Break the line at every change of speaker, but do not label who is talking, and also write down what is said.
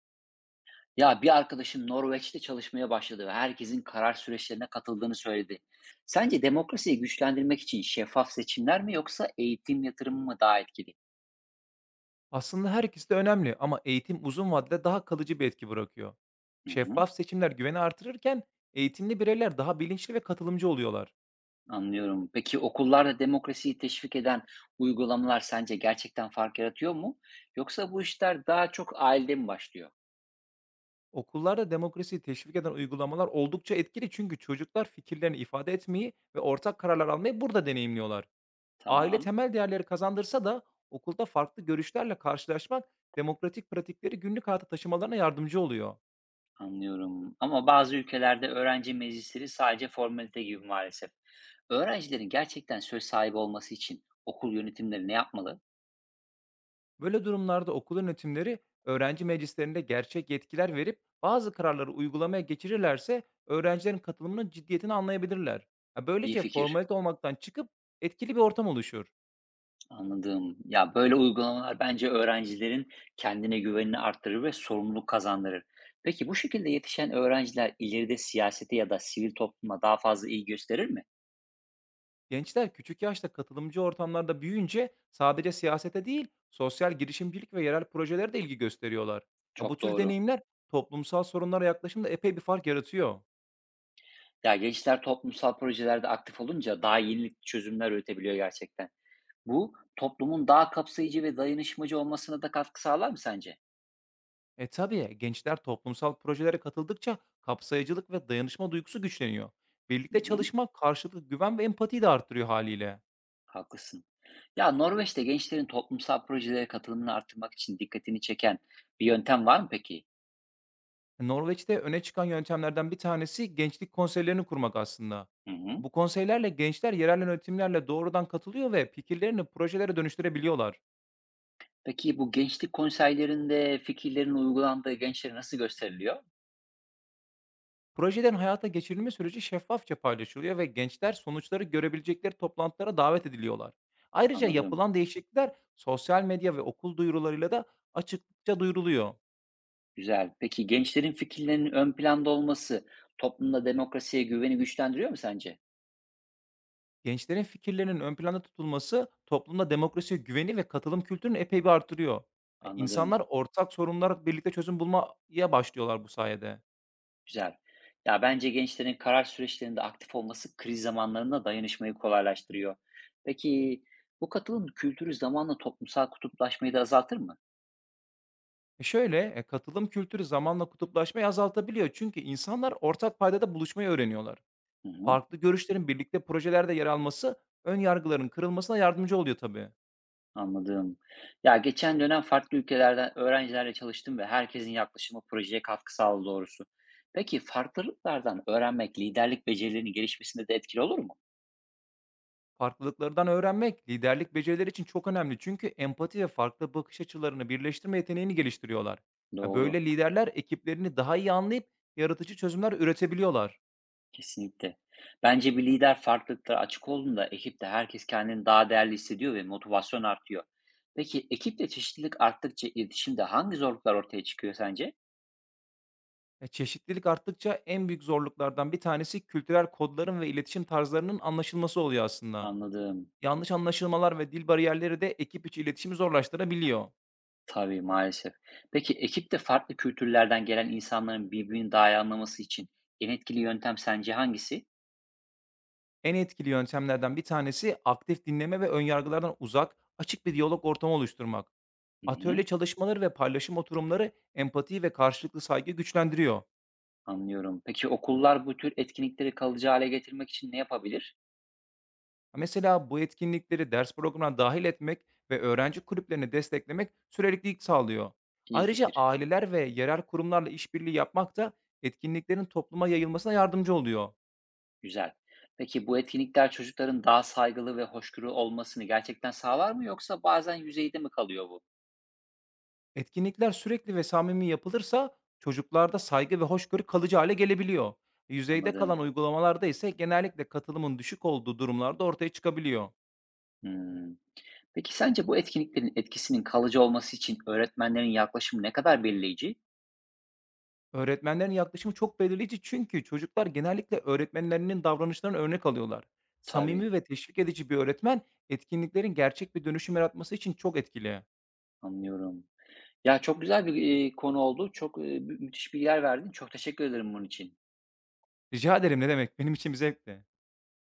Ya bir arkadaşım Norveç'te çalışmaya başladı ve herkesin karar süreçlerine katıldığını söyledi. Sence demokrasiyi güçlendirmek için şeffaf seçimler mi yoksa eğitim yatırımı mı daha etkili?
Aslında her ikisi de önemli ama eğitim uzun vadede daha kalıcı bir etki bırakıyor.
Hı hı,
Şeffaf seçimler güveni artırırken eğitimli bireyler daha bilinçli ve katılımcı oluyorlar.
anlıyorum. Peki okullarda demokrasiyi teşvik eden uygulamalar sence gerçekten fark yaratıyor mu? Yoksa bu işler daha çok ailede mi başlıyor?
Okullarda demokrasiyi teşvik eden uygulamalar oldukça etkili çünkü çocuklar fikirlerini ifade etmeyi ve ortak kararlar almayı burada deneyimliyorlar. Aile
Tamam,
temel değerleri kazandırsa da okulda farklı görüşlerle karşılaşmak demokratik pratikleri günlük hayata taşımalarına yardımcı oluyor.
anlıyorum. Ama bazı ülkelerde öğrenci meclisleri sadece formalite gibi maalesef. Öğrencilerin gerçekten söz sahibi olması için okul yönetimleri ne yapmalı?
Böyle durumlarda okul yönetimleri öğrenci meclislerinde gerçek yetkiler verip bazı kararları uygulamaya geçirirlerse öğrencilerin katılımının ciddiyetini anlayabilirler. Ha,
İyi
böylece
fikir.
formalite olmaktan çıkıp etkili bir ortam oluşuyor.
Anladım. Ya, böyle uygulamalar bence öğrencilerin kendine güvenini arttırır ve sorumluluk kazandırır. Peki bu şekilde yetişen öğrenciler ileride siyasete ya da sivil topluma daha fazla ilgi gösterir mi?
Gençler küçük yaşta katılımcı ortamlarda büyüyünce sadece siyasete değil, sosyal girişimcilik ve yerel projelere de ilgi gösteriyorlar. Ya, bu
Çok
tür
doğru.
deneyimler toplumsal sorunlara yaklaşımda epey bir fark yaratıyor.
Ya gençler toplumsal projelerde aktif olunca daha yenilikçi çözümler üretebiliyor gerçekten. Bu toplumun daha kapsayıcı ve dayanışmacı olmasına da katkı sağlar mı sence?
E tabii, gençler toplumsal projelere katıldıkça kapsayıcılık ve dayanışma duygusu güçleniyor.
Hı
Birlikte
hı.
çalışma karşılıklı güven ve empatiyi de arttırıyor haliyle.
Haklısın. Ya Norveç'te gençlerin toplumsal projelere katılımını arttırmak için dikkatini çeken bir yöntem var mı peki?
Norveç'te öne çıkan yöntemlerden bir tanesi gençlik konseylerini kurmak aslında.
Hı hı.
Bu konseylerle gençler yerel yönetimlerle doğrudan katılıyor ve fikirlerini projelere dönüştürebiliyorlar.
Peki bu gençlik konseylerinde fikirlerin uygulandığı gençlere nasıl gösteriliyor?
Projelerin hayata geçirilme süreci şeffafça paylaşılıyor ve gençler sonuçları görebilecekleri toplantılara davet ediliyorlar. Ayrıca
Anladım.
yapılan değişiklikler sosyal medya ve okul duyurularıyla da açıkça duyuruluyor.
Güzel. Peki gençlerin fikirlerinin ön planda olması toplumda demokrasiye güveni güçlendiriyor mu sence?
Gençlerin fikirlerinin ön planda tutulması toplumda demokrasiye güveni ve katılım kültürünü epey bir artırıyor.
Anladım.
İnsanlar ortak sorunlara birlikte çözüm bulmaya başlıyorlar bu sayede.
Güzel. Ya bence gençlerin karar süreçlerinde aktif olması kriz zamanlarında dayanışmayı kolaylaştırıyor. Peki bu katılım kültürü zamanla toplumsal kutuplaşmayı da azaltır mı?
E şöyle, katılım kültürü zamanla kutuplaşmayı azaltabiliyor çünkü insanlar ortak paydada buluşmayı öğreniyorlar.
Hı hı.
Farklı görüşlerin birlikte projelerde yer alması ön yargıların kırılmasına yardımcı oluyor tabii.
Anladım. Ya geçen dönem farklı ülkelerden öğrencilerle çalıştım ve herkesin yaklaşımı projeye katkı sağladı doğrusu. Peki farklılıklardan öğrenmek liderlik becerilerinin gelişmesinde de etkili olur mu?
Farklılıklardan öğrenmek liderlik becerileri için çok önemli, çünkü empati ve farklı bakış açılarını birleştirme yeteneğini geliştiriyorlar. Ha,
Doğru.
böyle liderler ekiplerini daha iyi anlayıp yaratıcı çözümler üretebiliyorlar.
Kesinlikle. Bence bir lider farklılıklara açık olduğunda ekipte herkes kendini daha değerli hissediyor ve motivasyon artıyor. Peki ekipte çeşitlilik arttıkça iletişimde hangi zorluklar ortaya çıkıyor sence?
Ya, çeşitlilik arttıkça en büyük zorluklardan bir tanesi kültürel kodların ve iletişim tarzlarının anlaşılması oluyor aslında.
Anladım.
Yanlış anlaşılmalar ve dil bariyerleri de ekip içi iletişimi zorlaştırabiliyor.
Tabii, maalesef. Peki, ekipte farklı kültürlerden gelen insanların birbirini daha iyi anlaması için en etkili yöntem sence hangisi?
En etkili yöntemlerden bir tanesi aktif dinleme ve önyargılardan uzak, açık bir diyalog ortamı oluşturmak.
Hı hı,
Atölye çalışmaları ve paylaşım oturumları empatiyi ve karşılıklı saygı güçlendiriyor.
anlıyorum. Peki okullar bu tür etkinlikleri kalıcı hale getirmek için ne yapabilir?
Mesela bu etkinlikleri ders programına dahil etmek ve öğrenci kulüplerini desteklemek süreklilik sağlıyor.
İyi
Ayrıca
fikir.
aileler ve yerel kurumlarla işbirliği yapmak da etkinliklerin topluma yayılmasına yardımcı oluyor.
Güzel. Peki bu etkinlikler çocukların daha saygılı ve hoşgörülü olmasını gerçekten sağlar mı yoksa bazen yüzeyde mi kalıyor bu?
Etkinlikler sürekli ve samimi yapılırsa çocuklarda saygı ve hoşgörü kalıcı hale gelebiliyor. Yüzeyde kalan
Anladım.
uygulamalarda ise genellikle katılımın düşük olduğu durumlarda ortaya çıkabiliyor.
Hmm. Peki sence bu etkinliklerin etkisinin kalıcı olması için öğretmenlerin yaklaşımı ne kadar belirleyici?
Öğretmenlerin yaklaşımı çok belirleyici çünkü çocuklar genellikle öğretmenlerinin davranışlarını örnek alıyorlar.
Tabii,
Samimi ve teşvik edici bir öğretmen, etkinliklerin gerçek bir dönüşüm yaratması için çok etkili.
anlıyorum. Ya, çok güzel konu oldu. Çok, mü müthiş bilgiler verdin. Çok teşekkür ederim bunun için.
Rica ederim ne demek, benim için bir zevkti.